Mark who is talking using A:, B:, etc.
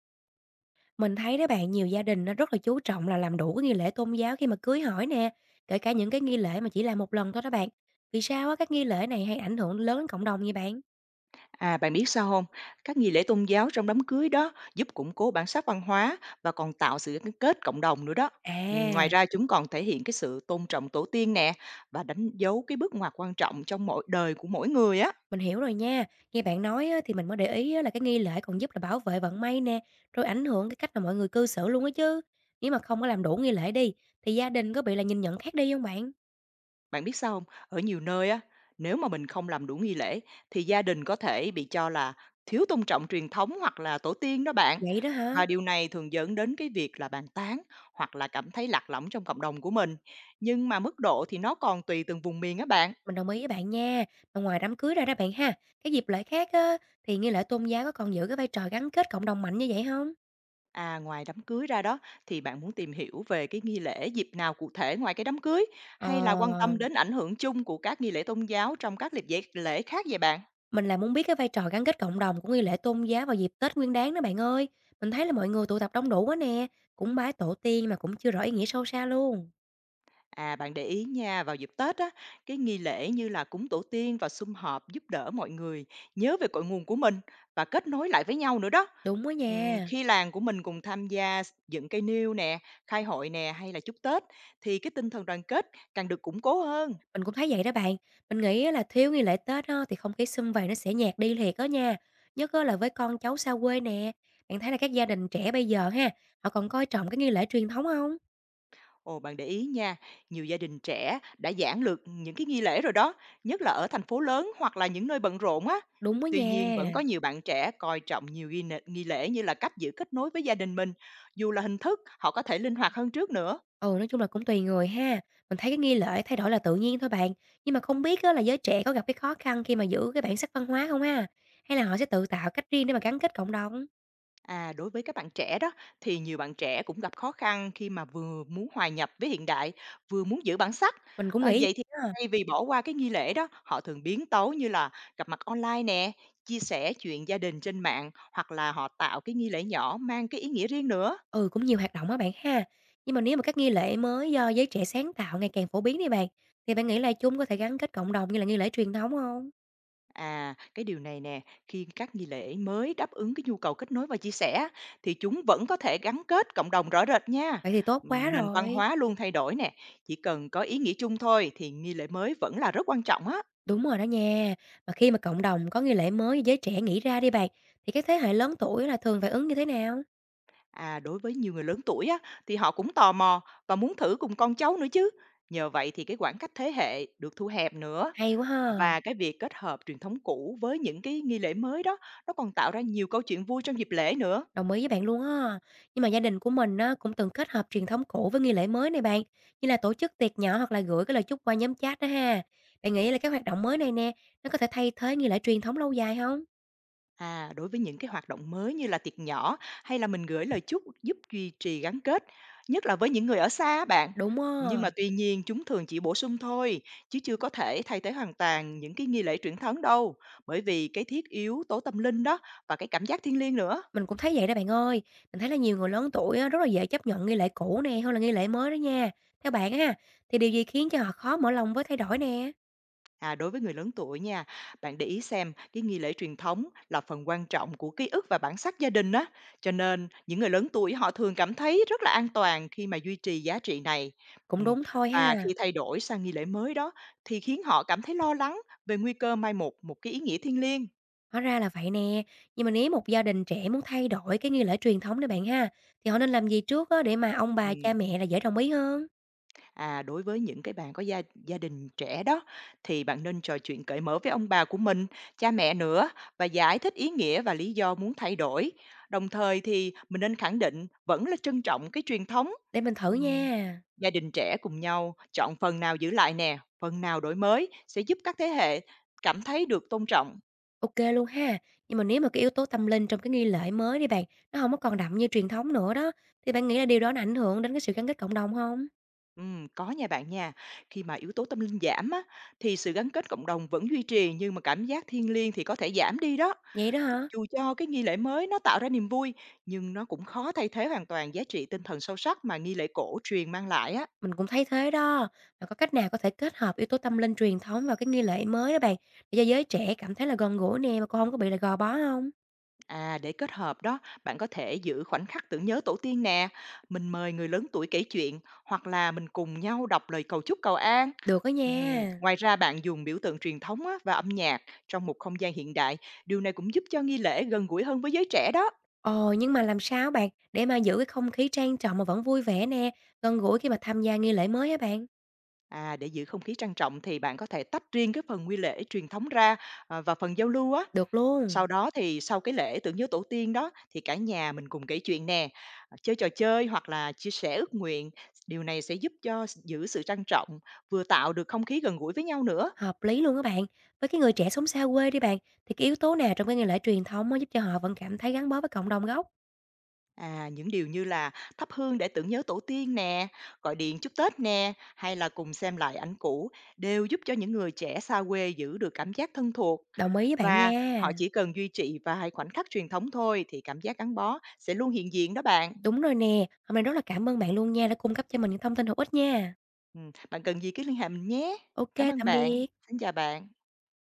A: Mình thấy đó bạn, nhiều gia đình nó rất là chú trọng là làm đủ cái nghi lễ tôn giáo khi mà cưới hỏi nè, kể cả những cái nghi lễ mà chỉ làm một lần thôi đó bạn. Vì sao á các nghi lễ này hay ảnh hưởng lớn đến cộng đồng vậy bạn?
B: À, bạn biết sao không? Các nghi lễ tôn giáo trong đám cưới đó giúp củng cố bản sắc văn hóa và còn tạo sự gắn kết cộng đồng nữa đó. Ngoài
A: À,
B: ra chúng còn thể hiện cái sự tôn trọng tổ tiên nè và đánh dấu cái bước ngoặt quan trọng trong mỗi đời của mỗi người á.
A: mình hiểu rồi nha. Nghe bạn nói á, thì mình mới để ý á, là cái nghi lễ còn giúp là bảo vệ vận may nè, rồi ảnh hưởng cái cách mà mọi người cư xử luôn á chứ. Nếu mà không có làm đủ nghi lễ đi, thì gia đình có bị là nhìn nhận khác đi không bạn?
B: Bạn biết sao không? Ở nhiều nơi á, nếu mà mình không làm đủ nghi lễ thì gia đình có thể bị cho là thiếu tôn trọng truyền thống hoặc là tổ tiên đó bạn.
A: Vậy đó hả?
B: Và điều này thường dẫn đến cái việc là bàn tán hoặc là cảm thấy lạc lõng trong cộng đồng của mình. Nhưng mà mức độ thì nó còn tùy từng vùng miền á bạn.
A: Mình đồng ý với bạn nha. Mà ngoài đám cưới ra đó bạn ha, cái dịp lễ khác á, thì nghi lễ tôn giáo có còn giữ cái vai trò gắn kết cộng đồng mạnh như vậy không?
B: À, ngoài đám cưới ra đó, thì bạn muốn tìm hiểu về cái nghi lễ dịp nào cụ thể ngoài cái đám cưới, hay là quan
A: Ờ,
B: tâm đến ảnh hưởng chung của các nghi lễ tôn giáo trong các dịp dễ lễ khác vậy bạn?
A: mình là muốn biết cái vai trò gắn kết cộng đồng của nghi lễ tôn giáo vào dịp Tết Nguyên đán đó bạn ơi. Mình thấy là mọi người tụ tập đông đủ quá nè, cũng bái tổ tiên mà cũng chưa rõ ý nghĩa sâu xa luôn.
B: À, bạn để ý nha, vào dịp Tết á, cái nghi lễ như là cúng tổ tiên và sum họp giúp đỡ mọi người nhớ về cội nguồn của mình và kết nối lại với nhau nữa đó.
A: Đúng á nha,
B: Khi làng của mình cùng tham gia dựng cây nêu nè, khai hội nè hay là chúc Tết thì cái tinh thần đoàn kết càng được củng cố hơn.
A: mình cũng thấy vậy đó bạn. Mình nghĩ á là thiếu nghi lễ Tết á, thì không khí sum vầy nó sẽ nhạt đi thiệt đó nha, nhất á là với con cháu xa quê nè. Bạn thấy là các gia đình trẻ bây giờ ha, họ còn coi trọng cái nghi lễ truyền thống không?
B: Ồ, bạn để ý nha, nhiều gia đình trẻ đã giản lược những cái nghi lễ rồi đó, nhất là ở thành phố lớn hoặc là những nơi bận rộn á.
A: Đúng á
B: Tuy nhiên vẫn có
A: nha.
B: nhiều bạn trẻ coi trọng nhiều nghi lễ như là cách giữ kết nối với gia đình mình, dù là hình thức họ có thể linh hoạt hơn trước nữa.
A: Ừ, nói chung là cũng tùy người ha. Mình thấy cái nghi lễ thay đổi là tự nhiên thôi bạn. Nhưng mà không biết á, là giới trẻ có gặp cái khó khăn khi mà giữ cái bản sắc văn hóa không ha? Hay là họ sẽ tự tạo cách riêng để mà gắn kết cộng đồng?
B: À, đối với các bạn trẻ đó thì nhiều bạn trẻ cũng gặp khó khăn khi mà vừa muốn hòa nhập với hiện đại, vừa muốn giữ bản sắc.
A: Mình cũng
B: Ờ,
A: nghĩ
B: vậy thì
A: vậy á.
B: thay vì bỏ qua cái nghi lễ đó, họ thường biến tấu như là gặp mặt online nè, chia sẻ chuyện gia đình trên mạng hoặc là họ tạo cái nghi lễ nhỏ mang cái ý nghĩa riêng nữa.
A: Ừ, cũng nhiều hoạt động á bạn ha. Nhưng mà nếu mà các nghi lễ mới do giới trẻ sáng tạo ngày càng phổ biến đi bạn, thì bạn nghĩ là chúng có thể gắn kết cộng đồng như là nghi lễ truyền thống không?
B: À, cái điều này nè, khi các nghi lễ mới đáp ứng cái nhu cầu kết nối và chia sẻ thì chúng vẫn có thể gắn kết cộng đồng rõ rệt nha.
A: Vậy thì tốt quá
B: Nền văn
A: rồi.
B: hóa luôn thay đổi nè, chỉ cần có ý nghĩa chung thôi thì nghi lễ mới vẫn là rất quan trọng á.
A: Đúng rồi đó nha. Mà khi mà cộng đồng có nghi lễ mới do giới trẻ nghĩ ra đi bạn, thì cái thế hệ lớn tuổi là thường phản ứng như thế nào?
B: À, đối với nhiều người lớn tuổi á, thì họ cũng tò mò và muốn thử cùng con cháu nữa chứ. Nhờ vậy thì cái khoảng cách thế hệ được thu hẹp nữa.
A: Hay quá ha,
B: Và cái việc kết hợp truyền thống cũ với những cái nghi lễ mới đó, nó còn tạo ra nhiều câu chuyện vui trong dịp lễ nữa.
A: đồng ý với bạn luôn á. Nhưng mà gia đình của mình á, cũng từng kết hợp truyền thống cũ với nghi lễ mới này bạn, như là tổ chức tiệc nhỏ hoặc là gửi cái lời chúc qua nhóm chat đó ha. Bạn nghĩ là cái hoạt động mới này nè, nó có thể thay thế nghi lễ truyền thống lâu dài không?
B: À, đối với những cái hoạt động mới như là tiệc nhỏ hay là mình gửi lời chúc giúp duy trì gắn kết, nhất là với những người ở xa bạn.
A: Đúng á,
B: Nhưng mà tuy nhiên chúng thường chỉ bổ sung thôi, chứ chưa có thể thay thế hoàn toàn những cái nghi lễ truyền thống đâu, bởi vì cái thiết yếu tố tâm linh đó và cái cảm giác thiêng liêng nữa.
A: mình cũng thấy vậy đó bạn ơi. Mình thấy là nhiều người lớn tuổi á, rất là dễ chấp nhận nghi lễ cũ nè hơn là nghi lễ mới đó nha. Theo bạn á, thì điều gì khiến cho họ khó mở lòng với thay đổi nè?
B: À, đối với người lớn tuổi nha, bạn để ý xem cái nghi lễ truyền thống là phần quan trọng của ký ức và bản sắc gia đình á, cho nên những người lớn tuổi họ thường cảm thấy rất là an toàn khi mà duy trì giá trị này.
A: Cũng
B: Ừm,
A: đúng thôi
B: Và khi
A: ha.
B: thay đổi sang nghi lễ mới đó thì khiến họ cảm thấy lo lắng về nguy cơ mai một một cái ý nghĩa thiêng liêng.
A: Hóa ra là vậy nè, nhưng mà nếu một gia đình trẻ muốn thay đổi cái nghi lễ truyền thống đó bạn ha, thì họ nên làm gì trước á để mà ông bà, cha
B: Ừm.
A: mẹ là dễ đồng ý hơn?
B: À, đối với những cái bạn có gia gia đình trẻ đó, thì bạn nên trò chuyện cởi mở với ông bà của mình, cha mẹ nữa và giải thích ý nghĩa và lý do muốn thay đổi. Đồng thời thì mình nên khẳng định vẫn là trân trọng cái truyền thống.
A: Để mình thử
B: Ừm,
A: nha.
B: Gia đình trẻ cùng nhau chọn phần nào giữ lại nè, phần nào đổi mới sẽ giúp các thế hệ cảm thấy được tôn trọng.
A: OK luôn ha. Nhưng mà nếu mà cái yếu tố tâm linh trong cái nghi lễ mới đi bạn, nó không có còn đậm như truyền thống nữa đó, thì bạn nghĩ là điều đó nó ảnh hưởng đến cái sự gắn kết cộng đồng không?
B: Có nha bạn nha. Khi mà yếu tố tâm linh giảm á, thì sự gắn kết cộng đồng vẫn duy trì nhưng mà cảm giác thiêng liêng thì có thể giảm đi đó.
A: Vậy đó
B: Thì
A: hả?
B: dù cho cái nghi lễ mới nó tạo ra niềm vui, nhưng nó cũng khó thay thế hoàn toàn giá trị tinh thần sâu sắc mà nghi lễ cổ truyền mang lại á.
A: Mình cũng thấy thế đó. Mà có cách nào có thể kết hợp yếu tố tâm linh truyền thống vào cái nghi lễ mới đó bạn, để cho giới trẻ cảm thấy là gần gũi nè mà cũng hông có bị là gò bó không?
B: À, để kết hợp đó, bạn có thể giữ khoảnh khắc tưởng nhớ tổ tiên nè, mình mời người lớn tuổi kể chuyện hoặc là mình cùng nhau đọc lời cầu chúc cầu an.
A: Được đó nha.
B: Ngoài ra bạn dùng biểu tượng truyền thống á, và âm nhạc trong một không gian hiện đại, điều này cũng giúp cho nghi lễ gần gũi hơn với giới trẻ đó.
A: Ờ, nhưng mà làm sao bạn để mà giữ cái không khí trang trọng mà vẫn vui vẻ nè, gần gũi khi mà tham gia nghi lễ mới á bạn?
B: À, để giữ không khí trang trọng thì bạn có thể tách riêng cái phần nghi lễ truyền thống ra à, và phần giao lưu á.
A: Được luôn,
B: Sau đó thì sau cái lễ tưởng nhớ tổ tiên đó, thì cả nhà mình cùng kể chuyện nè, ờ, chơi trò chơi hoặc là chia sẻ ước nguyện, điều này sẽ giúp cho giữ sự trang trọng, vừa tạo được không khí gần gũi với nhau nữa.
A: hợp lý luôn á bạn. Với cái người trẻ sống xa quê đi bạn, thì cái yếu tố nào trong cái nghi lễ truyền thống mới giúp cho họ vẫn cảm thấy gắn bó với cộng đồng gốc?
B: À, những điều như là thắp hương để tưởng nhớ tổ tiên nè, gọi điện chúc Tết nè, hay là cùng xem lại ảnh cũ đều giúp cho những người trẻ xa quê giữ được cảm giác thân thuộc.
A: Đồng ý với bạn
B: Và họ
A: nha.
B: chỉ cần duy trì vài khoảnh khắc truyền thống thôi thì cảm giác gắn bó sẽ luôn hiện diện đó bạn.
A: Đúng rồi nè, hôm nay rất là cảm ơn bạn luôn nha đã cung cấp cho mình những thông tin hữu ích nha.
B: Bạn cần gì cứ liên hệ mình nhé.
A: OK,
B: Cảm ơn
A: tạm
B: bạn.
A: biệt.
B: Xin chào bạn.